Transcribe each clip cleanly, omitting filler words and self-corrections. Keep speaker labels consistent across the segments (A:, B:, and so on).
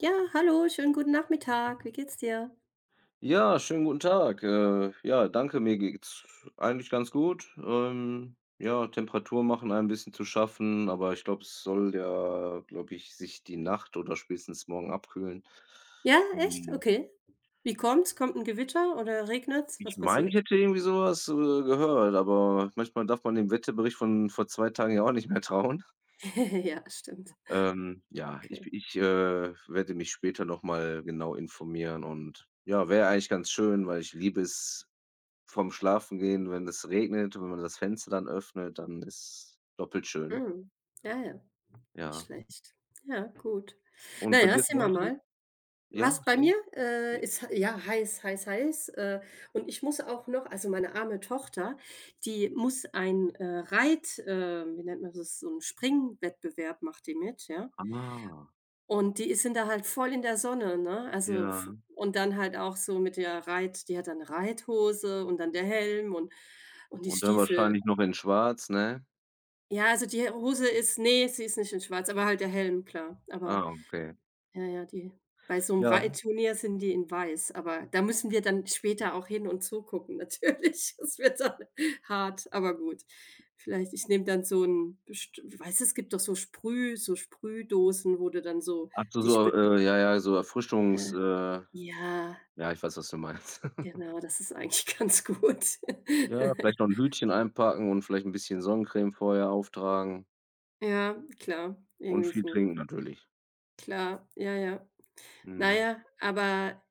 A: Ja, hallo, schönen guten Nachmittag. Wie geht's dir?
B: Ja, schönen guten Tag. Ja, danke, mir geht's eigentlich ganz gut. Ja, Temperaturen machen ein bisschen zu schaffen, aber ich glaube, es soll ja, glaube ich, sich die Nacht oder spätestens morgen abkühlen.
A: Ja, echt?
B: Hm,
A: Okay. Wie kommt's? Kommt ein Gewitter oder regnet's?
B: ich
A: Was
B: meine, ich
A: passiert?
B: hätte irgendwie sowas gehört, aber manchmal darf man dem Wetterbericht von vor 2 Tagen ja auch nicht mehr trauen.
A: Ja, stimmt.
B: Ja, ich
A: Okay.
B: ich, äh, werde mich später noch mal genau informieren, und ja, wäre eigentlich ganz schön, weil ich liebe es, vorm Schlafengehen, wenn es regnet, wenn man das Fenster dann öffnet, dann ist doppelt schön,
A: Mhm. Ja, ja, nicht
B: ja.
A: schlecht. Ja, gut.
B: Und
A: Na
B: bei
A: ja,
B: dir zu
A: sehen wir
B: Hause?
A: mal.
B: Ja,
A: Was bei
B: so?
A: mir, ist ja, heiß, heiß, heiß, und ich muss auch noch, also, meine arme Tochter, die muss ein, Reit, wie nennt man das, so 'n Springwettbewerb macht die mit, ja?
B: Ah,
A: Und die sind da halt voll in der Sonne, ne? Also v
B: ja.
A: und dann halt auch so mit der Reit, die hat dann 'ne Reithose und dann der Helm und die
B: Und dann
A: Stiefel.
B: wahrscheinlich noch in schwarz, ne?
A: Ja, also die Hose ist, nee, sie ist nicht in schwarz, aber halt der Helm, klar. Aber
B: Ah, okay.
A: ja, ja, die bei so einem
B: Ja.
A: Reitturnier sind die in weiß, aber da müssen wir dann später auch hin und zugucken natürlich. Das wird dann hart, aber gut. Vielleicht, ich nehme dann so ein best, weißt du, es gibt doch so Sprüh, so Sprühdosen, wo du dann so
B: Hast du
A: dich
B: so,
A: be,
B: ja, ja, so Erfrischungs
A: äh, ja.
B: ja, ich weiß, was du meinst.
A: Genau, das ist eigentlich ganz gut.
B: Ja, vielleicht noch 'n Hütchen einpacken und vielleicht 'n bisschen Sonnencreme vorher auftragen
A: Ja, klar,
B: und
A: irgendwie
B: viel
A: so.
B: trinken natürlich.
A: Klar, ja, ja. Na
B: Mhm.
A: ja, aber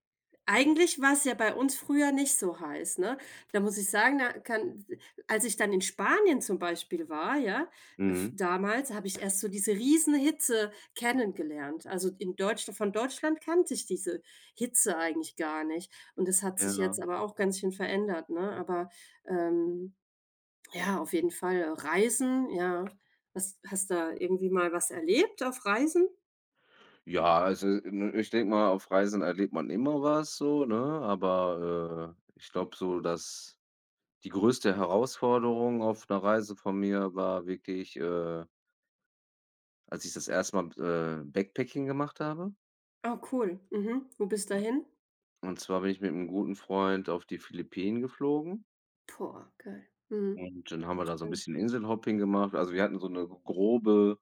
A: eigentlich war es ja bei uns früher nicht so heiß, ne? Da muss ich sagen, da kann, als ich dann in Spanien zum Beispiel war, ja, f
B: Mhm.
A: damals habe ich erst so diese riesen Hitze kennengelernt. Also, in Deutschland, von Deutschland kannte ich diese Hitze eigentlich gar nicht, und das hat sich
B: Ja.
A: jetzt aber auch ganz schön verändert, ne? Aber, ähm ja, auf jeden Fall. Reisen, ja. Hast da irgendwie mal was erlebt auf Reisen?
B: Ja, also, ne, ich denke mal, auf Reisen erlebt man immer was so, ne? Aber, ich glaube so, dass die größte Herausforderung auf einer Reise von mir war wirklich, als ich das erste Mal, Backpacking gemacht habe.
A: Ah, cool. Mhm. Wo bist du da hin?
B: Und zwar bin ich mit einem guten Freund auf die Philippinen geflogen.
A: Boah, geil. Mhm.
B: Und dann haben wir da so 'n
A: Schön.
B: bisschen Inselhopping gemacht. Also, wir hatten so 'ne grobe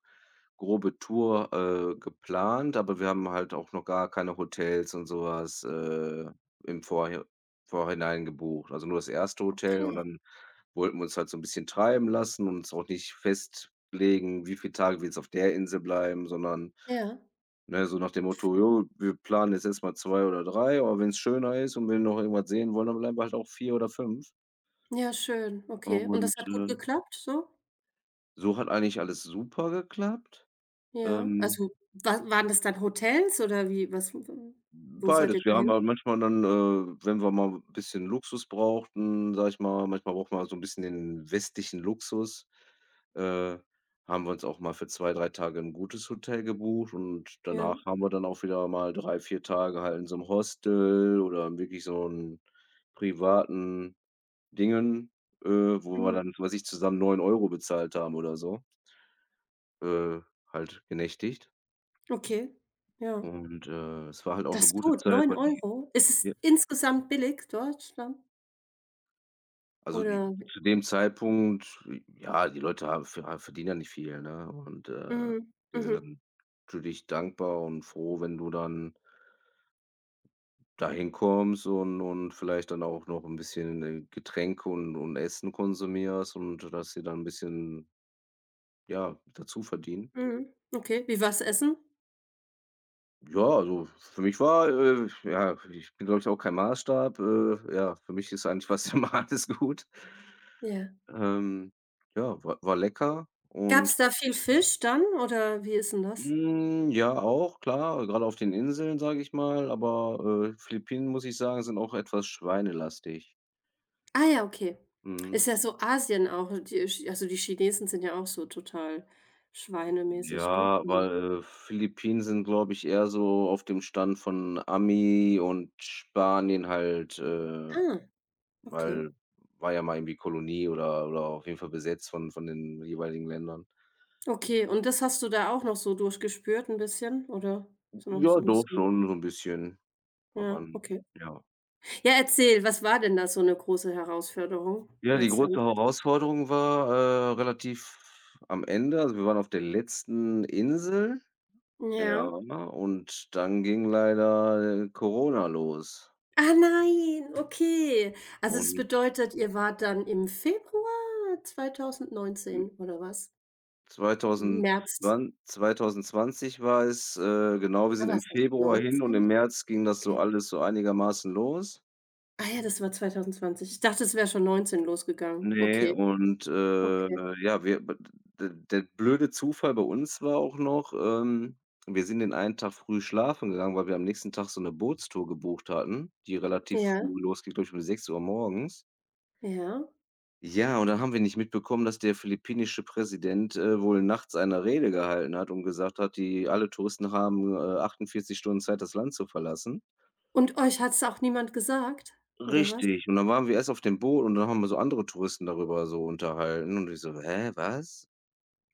B: grobe Tour, geplant, aber wir haben halt auch noch gar keine Hotels und so was, im Vorhinein gebucht. Also, nur das erste Hotel, und
A: Okay.
B: dann wollten wir uns halt so 'n bisschen treiben lassen und uns auch nicht festlegen, wie viele Tage wir jetzt auf der Insel bleiben, sondern,
A: Ja,
B: ne, so nach dem Motto: „Jo, wir planen jetzt erst mal 2 oder drei, aber wenn's schöner ist und wir noch irgendwas sehen wollen, dann bleiben wir halt auch 4 oder fünf."
A: ja, schön. Okay. Und das
B: Und,
A: hat gut geklappt so?
B: so hat eigentlich alles super geklappt.
A: Ja.
B: Ähm,
A: Also, wa waren das dann Hotels oder wie was, wo seid
B: beides.
A: ihr
B: Wir haben
A: dahin?
B: halt manchmal dann, wenn wir mal 'n bisschen Luxus brauchten, sage ich mal, manchmal braucht man so 'n bisschen den westlichen Luxus, äh, haben wir uns auch mal für 2 3 Tage 'n gutes Hotel gebucht, und
A: Ja.
B: danach haben wir dann auch wieder mal 3 4 Tage halt in so 'nem Hostel oder wirklich so 'n privaten Dingen, wo wir
A: Mhm.
B: dann, was weiß ich, zusammen 9 Euro bezahlt haben oder so, äh, halt genächtigt.
A: Okay. Ja.
B: Und, es war halt auch
A: Das
B: 'ne
A: ist
B: gute
A: gut,
B: Zeit,
A: neun
B: weil die,
A: Euro. Ist es
B: ja,
A: insgesamt billig Deutschland
B: also, die
A: oder?
B: zu dem Zeitpunkt, ja, die Leute haben verdienen ja nicht viel, ne? Und,
A: Mhm.
B: die sind
A: Mhm.
B: dann natürlich dankbar und froh, wenn du dann da hinkommst und vielleicht dann auch noch 'n bisschen, Getränke und Essen konsumierst und dass sie dann 'n bisschen, ja, dazu verdienen.
A: Mhm. Okay. Wie war's essen?
B: Ja, also, für mich war, ja, ich bin, glaube ich, auch kein Maßstab. Ja, für mich ist eigentlich fast immer alles gut.
A: Ja.
B: Ähm, ja, war lecker,
A: Gab's
B: und
A: da viel Fisch dann oder wie ist denn das?
B: ja, auch klar, gerade auf den Inseln, sage ich mal, aber, Philippinen, muss ich sagen, sind auch etwas schweinelastig.
A: Ah ja, okay.
B: Mhm.
A: Ist ja so Asien auch, die Ch also die Chinesen sind ja auch so total schweinemäßig, ne?
B: Ja,
A: Also
B: weil, Philippinen sind, glaube ich, eher so auf dem Stand von Ami und Spanien halt,
A: ah, okay.
B: weil war ja mal irgendwie Kolonie oder auf jeden Fall besetzt von den jeweiligen Ländern.
A: Okay, und das hast du da auch noch so durchgespürt ein bisschen, oder so noch
B: Ja,
A: so ein
B: doch
A: bisschen?
B: schon so ein bisschen hat
A: Ja,
B: man,
A: okay.
B: ja.
A: Ja, erzähl, was war denn da so eine große Herausforderung
B: Ja, die große
A: letztendlich?
B: Herausforderung war, relativ am Ende. Also, wir waren auf der letzten Insel, ja,
A: Ja.
B: und dann ging leider, Corona los.
A: Ah nein, okay. Also das
B: Und,
A: bedeutet, ihr wart dann im Februar
B: hm,
A: 2019 oder was? März.
B: 2020 2020 war es, genau, wir
A: Da
B: sind im
A: warst echt
B: Februar hin und
A: 19?
B: im März ging das so
A: Okay.
B: alles so einigermaßen los.
A: Ah ja, das war 2020. Ich dachte, es wäre schon 19 losgegangen.
B: Ne,
A: Okay,
B: und,
A: okay.
B: ja, wir b d der blöde Zufall bei uns war auch noch, wir sind den einen Tag früh schlafen gegangen, weil wir am nächsten Tag so 'ne Bootstour gebucht hatten, die relativ
A: Ja,
B: früh losgeht, glaube ich, um 6 Uhr morgens.
A: ja.
B: Ja, und dann haben wir nicht mitbekommen, dass der philippinische Präsident, wohl nachts eine Rede gehalten hat und gesagt hat, die alle Touristen haben, 48 Stunden Zeit, das Land zu verlassen.
A: Und euch hat's auch niemand gesagt oder was?
B: Richtig, und dann waren wir erst auf dem Boot und dann haben wir so andere Touristen darüber so unterhalten, und ich so: „Hä, was?"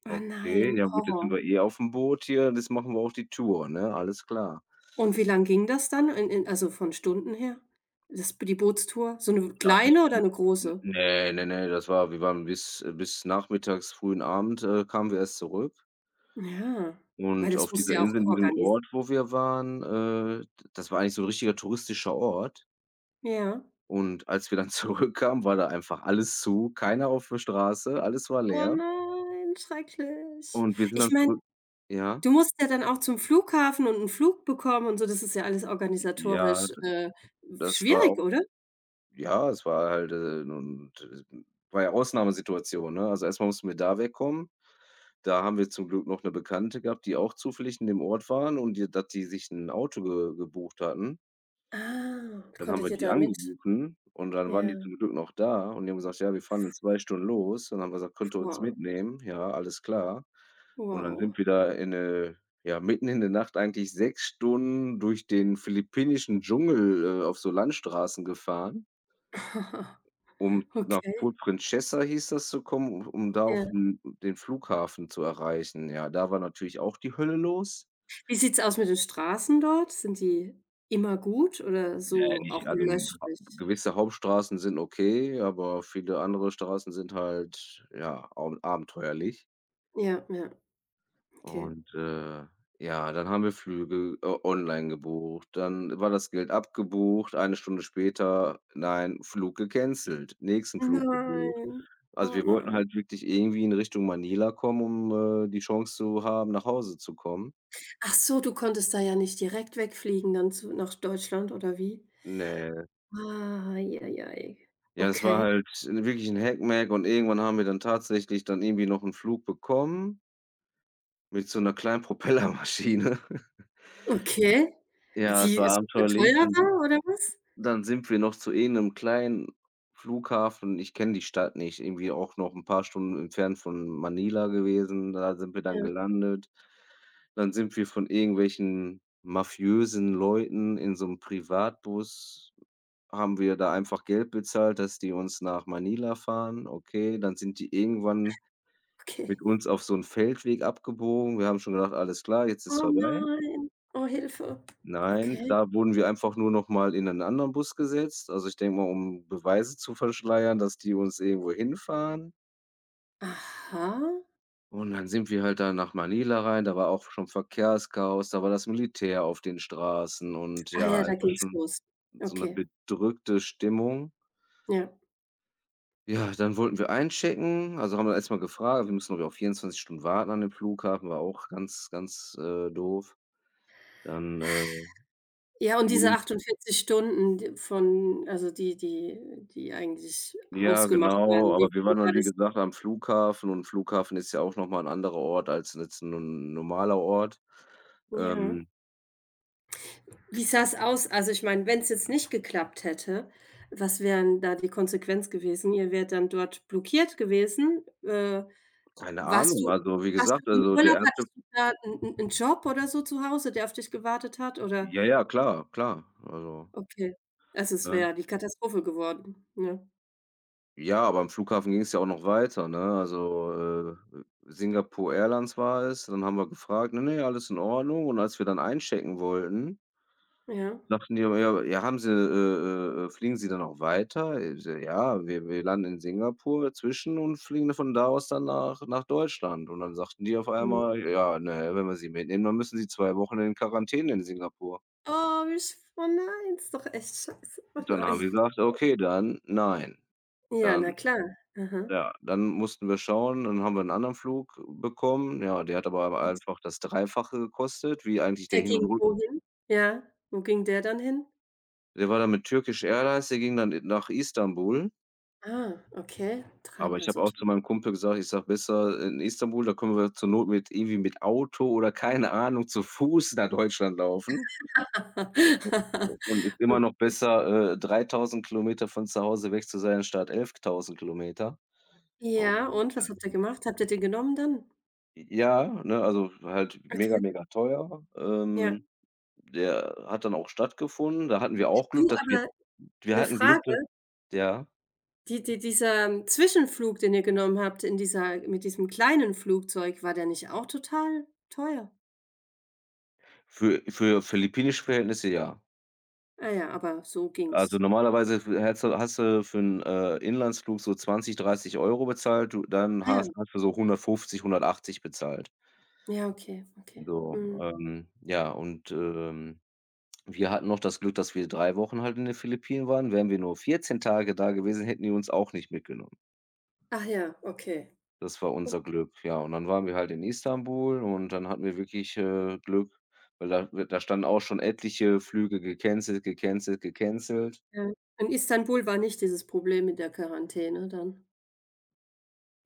A: Ah
B: Okay,
A: nein,
B: ja gut, jetzt sind
A: Horror.
B: wir eh auf dem Boot hier, das machen wir auf die Tour, ne? Alles klar.
A: Und wie lang ging das dann in, also von Stunden her? Das, die Bootstour? So eine
B: Ja, bis
A: kleine oder
B: bis
A: eine
B: n
A: große?
B: ne, ne, ne, das war wir waren bis bis nachmittags, frühen Abend, kamen wir erst zurück.
A: Ja, weil
B: Und
A: das
B: auf
A: musst du
B: dieser
A: ja auch
B: Insel, in diesem
A: organisieren.
B: Ort, wo wir waren, d das war eigentlich so ein richtiger touristischer Ort.
A: Ja.
B: Und als wir dann zurückkamen, war da einfach alles zu, keiner auf der Straße, alles war
A: Oh
B: leer.
A: nein, schrecklich.
B: Und wir sind
A: Ich
B: dann
A: meine,
B: zurück, ja?
A: du musst ja dann auch zum Flughafen und 'n Flug bekommen und so, das ist ja alles
B: Ja,
A: organisatorisch,
B: d das war
A: schwierig,
B: auch.
A: oder?
B: Ja, es war halt, nun war ja Ausnahmesituation, ne? Also, erstmal mal mussten wir da wegkommen. Da haben wir zum Glück noch eine Bekannte gehabt, die auch zufällig in dem Ort waren und die dass die sich ein Auto ge gebucht hatten.
A: Ah,
B: Dann haben
A: konntet
B: wir
A: ihr
B: die
A: da mit?
B: angerufen, und dann waren
A: Ja.
B: die zum Glück noch da, und die haben gesagt: „Ja, wir fahren in 2 Stunden los." Und dann haben wir gesagt: „Könnt ihr uns
A: Wow,
B: mitnehmen?" Ja, alles klar. Und dann
A: wow.
B: sind wir da in, ja, mitten in der Nacht eigentlich 6 Stunden durch den philippinischen Dschungel, auf so Landstraßen gefahren. Um nach
A: Okay.
B: Port Princesa hieß das zu kommen, um da auf
A: Ja.
B: 'n den Flughafen zu erreichen. Ja, da war natürlich auch die Hölle los.
A: Wie sieht's aus mit den Straßen dort? Sind die immer gut oder
B: Ne,
A: so
B: nicht
A: auch
B: also, hm, ha
A: löchrig?
B: gewisse Hauptstraßen sind okay, aber viele andere Straßen sind halt, ja, au abenteuerlich.
A: Ja, ja, okay.
B: Und, ja, dann haben wir Flüge, online gebucht. Dann war das Geld abgebucht. Eine Stunde später, nein, Flug gecancelt, nächsten Flug gebucht.
A: Nein.
B: Also,
A: Oh
B: wir wollten
A: nein.
B: halt wirklich irgendwie in Richtung Manila kommen, um, die Chance zu haben, nach Hause zu kommen.
A: Ach so, du konntest da ja nicht direkt wegfliegen dann zu, nach Deutschland oder wie?
B: Ne.
A: Ah, ei, ei, ei.
B: Ja, es war
A: Okay.
B: halt wirklich ein Hackmack, und irgendwann haben wir dann tatsächlich dann irgendwie noch einen Flug bekommen mit so einer kleinen Propellermaschine.
A: Okay.
B: Ja, es
A: Die
B: war
A: super
B: abenteuerlich.
A: teuer
B: Dann
A: war oder was?
B: dann sind wir noch zu irgendeinem kleinen Flughafen. Ich kenne die Stadt nicht, irgendwie auch noch ein paar Stunden entfernt von Manila gewesen. Da sind wir dann
A: Ja,
B: gelandet. Dann sind wir von irgendwelchen mafiösen Leuten in so 'nem Privatbus, haben wir da einfach Geld bezahlt, dass die uns nach Manila fahren. Okay, dann sind die irgendwann mit
A: okay.
B: uns auf so 'n Feldweg abgebogen. Wir haben schon gedacht: „Alles klar, jetzt ist
A: Oh
B: vorbei."
A: nein. Oh, Hilfe.
B: Nein,
A: Okay.
B: da wurden wir einfach nur noch mal in 'nen anderen Bus gesetzt. Also, ich denke mal, um Beweise zu verschleiern, dass die uns irgendwo hinfahren.
A: Aha.
B: Und dann sind wir halt da nach Manila rein. Da war auch schon Verkehrschaos, da war das Militär auf den Straßen und
A: Ah
B: ja,
A: ja, da
B: einfach
A: ging's
B: schon
A: los.
B: so 'ne
A: Okay,
B: bedrückte Stimmung.
A: ja.
B: Ja, dann wollten wir einchecken, also haben wir erst mal gefragt. Wir müssen, glaube ich, auch 24 Stunden warten an dem Flughafen, war auch ganz, ganz, doof. Dann,
A: Ja, und diese
B: wurde
A: achtundvierzig Stunden, d von also die die eigentlich
B: ja,
A: ausgemacht
B: genau,
A: werden,
B: aber wir
A: wie
B: waren dann,
A: war
B: wie
A: das?
B: gesagt, am Flughafen, und Flughafen ist ja auch noch mal 'n anderer Ort als jetzt 'n normaler Ort.
A: Ja.
B: Ähm,
A: Wie sah's aus? Also, ich meine, wenn's jetzt nicht geklappt hätte, was wären da die Konsequenz gewesen? Ihr wärt dann dort blockiert gewesen, äh.
B: keine
A: Warst
B: Ahnung,
A: du
B: also, wie
A: warst
B: gesagt,
A: du im
B: also,
A: Urlaub?
B: der erste,
A: Hattest du da 'n 'n 'n Job oder so zu Hause, der auf dich gewartet hat, oder?
B: ja, ja, klar, klar, also,
A: Okay. Also, es
B: ne?
A: wäre die Katastrophe geworden, ne?
B: Ja, aber am Flughafen ging's ja auch noch weiter, ne? Also, Singapore Airlines war es, dann haben wir gefragt: „Ne, ne, alles in Ordnung." Und als wir dann einchecken wollten,
A: Ja.
B: sagten die aber: „Ja, ja, haben Sie fliegen Sie dann auch weiter?" Ich so: „Ja, wir landen in Singapur zwischen und fliegen von da aus dann nach Deutschland." Und dann sagten die auf
A: Mhm.
B: einmal: „Ja, ne, wenn wir Sie mitnehmen, dann müssen Sie 2 Wochen in Quarantäne in Singapur."
A: Oh, wie sch oh nein, ist doch echt scheiße. Oh
B: Und dann haben
A: nein.
B: wir gesagt: „Okay, dann nein."
A: Ja, na
B: Dann,
A: klar. Aha.
B: ja, dann mussten wir schauen, dann haben wir 'n anderen Flug bekommen. Ja, der hat aber
A: Und
B: einfach das Dreifache gekostet, wie eigentlich
A: der
B: der Hin und
A: ging
B: Rück.
A: wohin? Ja, wo ging der dann hin?
B: Der war dann mit Turkish Airlines, der ging dann i nach Istanbul.
A: Ah, okay,
B: Aber ich
A: dreimal
B: habe
A: so
B: auch zu
A: teuer.
B: meinem Kumpel gesagt, ich sage: „Besser in Istanbul, da können wir zur Not mit irgendwie mit Auto oder keine Ahnung zu Fuß nach Deutschland laufen, und ist immer
A: Und
B: noch besser, 3.000 Kilometer von zu Hause weg zu sein, statt 11.000 Kilometer."
A: ja,
B: Und,
A: und was habt ihr
B: ähm,
A: gemacht? Habt ihr den genommen dann?
B: ja, ne, also halt mega,
A: Okay,
B: mega teuer.
A: ja.
B: Der hat dann auch stattgefunden. Da hatten wir auch Glück,
A: Du,
B: dass
A: aber
B: wir
A: 'ne
B: hatten Glück,
A: Frage,
B: dass ja,
A: die dieser Zwischenflug, den ihr genommen habt in dieser, mit diesem kleinen Flugzeug, war der nicht auch total teuer?
B: für philippinische Verhältnisse, ja.
A: Ah ja, aber so
B: Also,
A: ging's.
B: normalerweise f hättest du hast du für 'n, Inlandsflug so 20, 30 Euro bezahlt, du dann
A: Ah ja.
B: hast du so 150, 180 bezahlt.
A: Ja, okay, okay.
B: So,
A: Mhm.
B: ja, und, wir hatten noch das Glück, dass wir 3 Wochen halt in den Philippinen waren. Wären wir nur 14 Tage da gewesen, hätten die uns auch nicht mitgenommen.
A: Ach ja, okay.
B: Das war unser Glück, ja. Und dann waren wir halt in Istanbul und dann hatten wir wirklich, Glück, weil da standen auch schon etliche Flüge gecancelt, gecancelt, gecancelt.
A: Okay. In Istanbul war nicht dieses Problem mit der Quarantäne dann?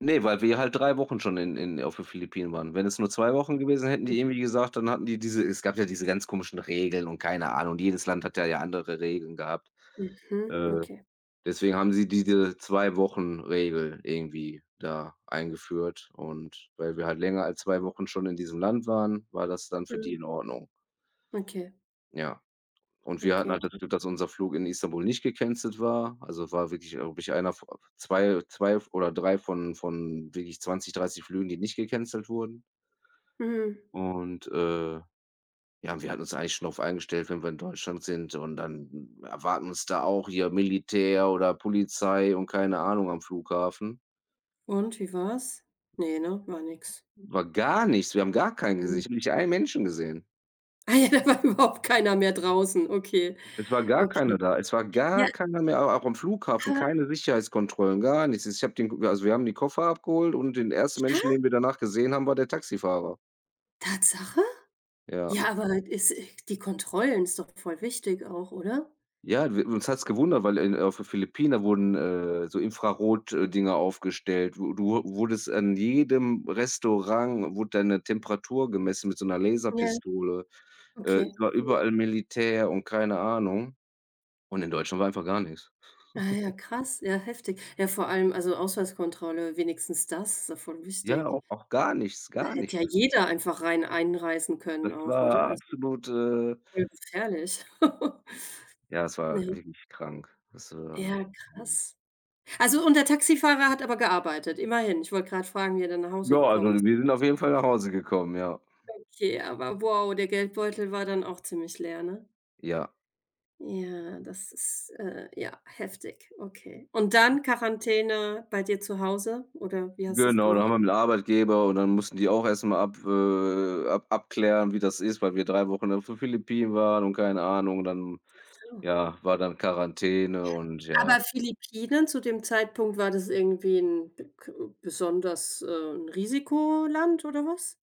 B: Ne, weil wir halt 3 Wochen schon in auf den Philippinen waren. Wenn es nur 2 Wochen gewesen, hätten die
A: Okay.
B: irgendwie gesagt, dann hatten die diese, es gab ja diese ganz komischen Regeln, und keine Ahnung, und jedes Land hat ja andere Regeln gehabt.
A: Mhm,
B: Äh,
A: okay.
B: deswegen haben sie diese 2 Wochen-Regel irgendwie da eingeführt, und weil wir halt länger als 2 Wochen schon in diesem Land waren, war das dann für die in
A: Mhm.
B: Ordnung,
A: Okay,
B: ja. Und wir hatten
A: okay,
B: halt das
A: okay.
B: Glück, dass unser Flug in Istanbul nicht gecancelt war. Also, war wirklich, glaube ich, einer v zwei 2 oder 3 von wirklich 20, 30 Flügen, die nicht gecancelt wurden.
A: Mhm.
B: Und, ja, wir hatten uns eigentlich schon darauf eingestellt, wenn wir in Deutschland sind, und dann erwarten uns da auch hier Militär oder Polizei und keine Ahnung am Flughafen.
A: Und wie war's? Ne, ne, war nix.
B: War gar nichts. Wir haben gar keinen gesehen.
A: Mhm.
B: Ich habe nicht einen Menschen gesehen.
A: Ah ja, da war überhaupt keiner mehr draußen. Okay,
B: Es war gar keiner
A: okay.
B: da. Es war gar
A: Ja,
B: keiner mehr, au auch am Flughafen,
A: aber
B: keine Sicherheitskontrollen, gar nichts. Ich habe den K also, wir haben die Koffer abgeholt, und den ersten
A: ja?
B: Menschen, den wir danach gesehen haben, war der Taxifahrer.
A: Tatsache?
B: Ja.
A: Ja, aber halt ist, die Kontrollen ist doch voll wichtig auch, oder?
B: Ja, w uns hat's gewundert, weil in auf den Philippinen wurden, so Infrarot Dinger aufgestellt. Du du wurdest an jedem Restaurant wurde deine Temperatur gemessen mit so 'ner
A: Ja,
B: Laserpistole. Es
A: okay.
B: war
A: Mhm.
B: überall Militär und keine Ahnung. Und in Deutschland war einfach gar nix.
A: Ah ja, krass, ja, heftig. Ja, vor allem, also Ausweiskontrolle, wenigstens das ist doch voll
B: Ja,
A: wichtig.
B: auch gar nichts,
A: Da
B: gar
A: hätte ja
B: nichts.
A: jeder einfach rein einreisen
B: Das
A: können auch, oder?
B: war
A: Also
B: absolut,
A: voll gefährlich.
B: ja, es war
A: Ne,
B: wirklich krank. Das war,
A: ja, krass. Also, und der Taxifahrer hat aber gearbeitet, immerhin. Ich wollte gerade fragen, wie er dann nach
B: ja,
A: Hause
B: also,
A: gekommen ist.
B: wir sind auf jeden Fall nach Hause gekommen, ja.
A: Okay, aber wow, der Geldbeutel war dann auch ziemlich leer, ne?
B: Ja.
A: Ja, das ist, ja, heftig. Okay. Und dann Quarantäne bei dir zu Hause oder wie hast du es
B: Genau, da haben
A: gemacht?
B: wir mit Arbeitgeber, und dann mussten die auch erst mal ab ab abklären, wie das ist, weil wir 3 Wochen auf den Philippinen waren und keine Ahnung. Dann,
A: Oh.
B: ja, war dann Quarantäne und ja,
A: Aber Philippinen zu dem Zeitpunkt, war das irgendwie ein b k besonders, 'n Risikoland oder was?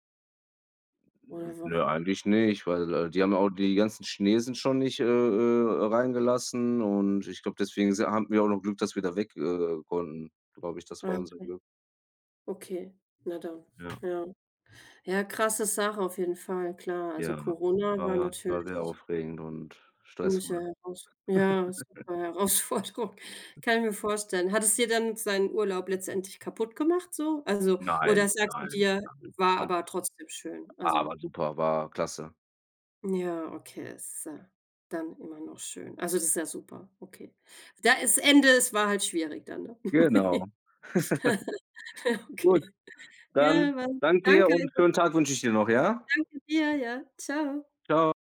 A: Oder wa
B: ne, eigentlich nicht, weil, die haben ja auch die ganzen Chinesen schon nicht, reingelassen, und ich glaube, deswegen si hatten wir auch noch Glück, dass wir da weg, konnten, glaube ich. Das war
A: ah,
B: unser Glück,
A: okay. Na dann,
B: ja.
A: ja. Ja, krasse Sache auf jeden Fall, klar. Also,
B: Ja,
A: Corona war
B: war sehr
A: natürlich
B: aufregend und
A: ziemliche
B: stressvoll.
A: Heraus, ja, super Herausforderung, kann ich mir vorstellen. Hat es dir dann seinen Urlaub letztendlich kaputt gemacht so? Also, oder
B: Nein,
A: sagst du
B: nein,
A: dir: „War
B: al
A: aber trotzdem schön“? Also
B: aber super, war klasse.
A: ja, okay, ist ja dann immer noch schön. Also, das ist ja super, okay. Da ist Ende, es war halt schwierig dann, ne?
B: Genau. Gut,
A: Okay.
B: dann
A: Ja, war,
B: danke dir
A: danke,
B: und
A: danke
B: schönen Tag wünsche ich dir noch, ja?
A: dir, ja. Tschau.
B: Tschau.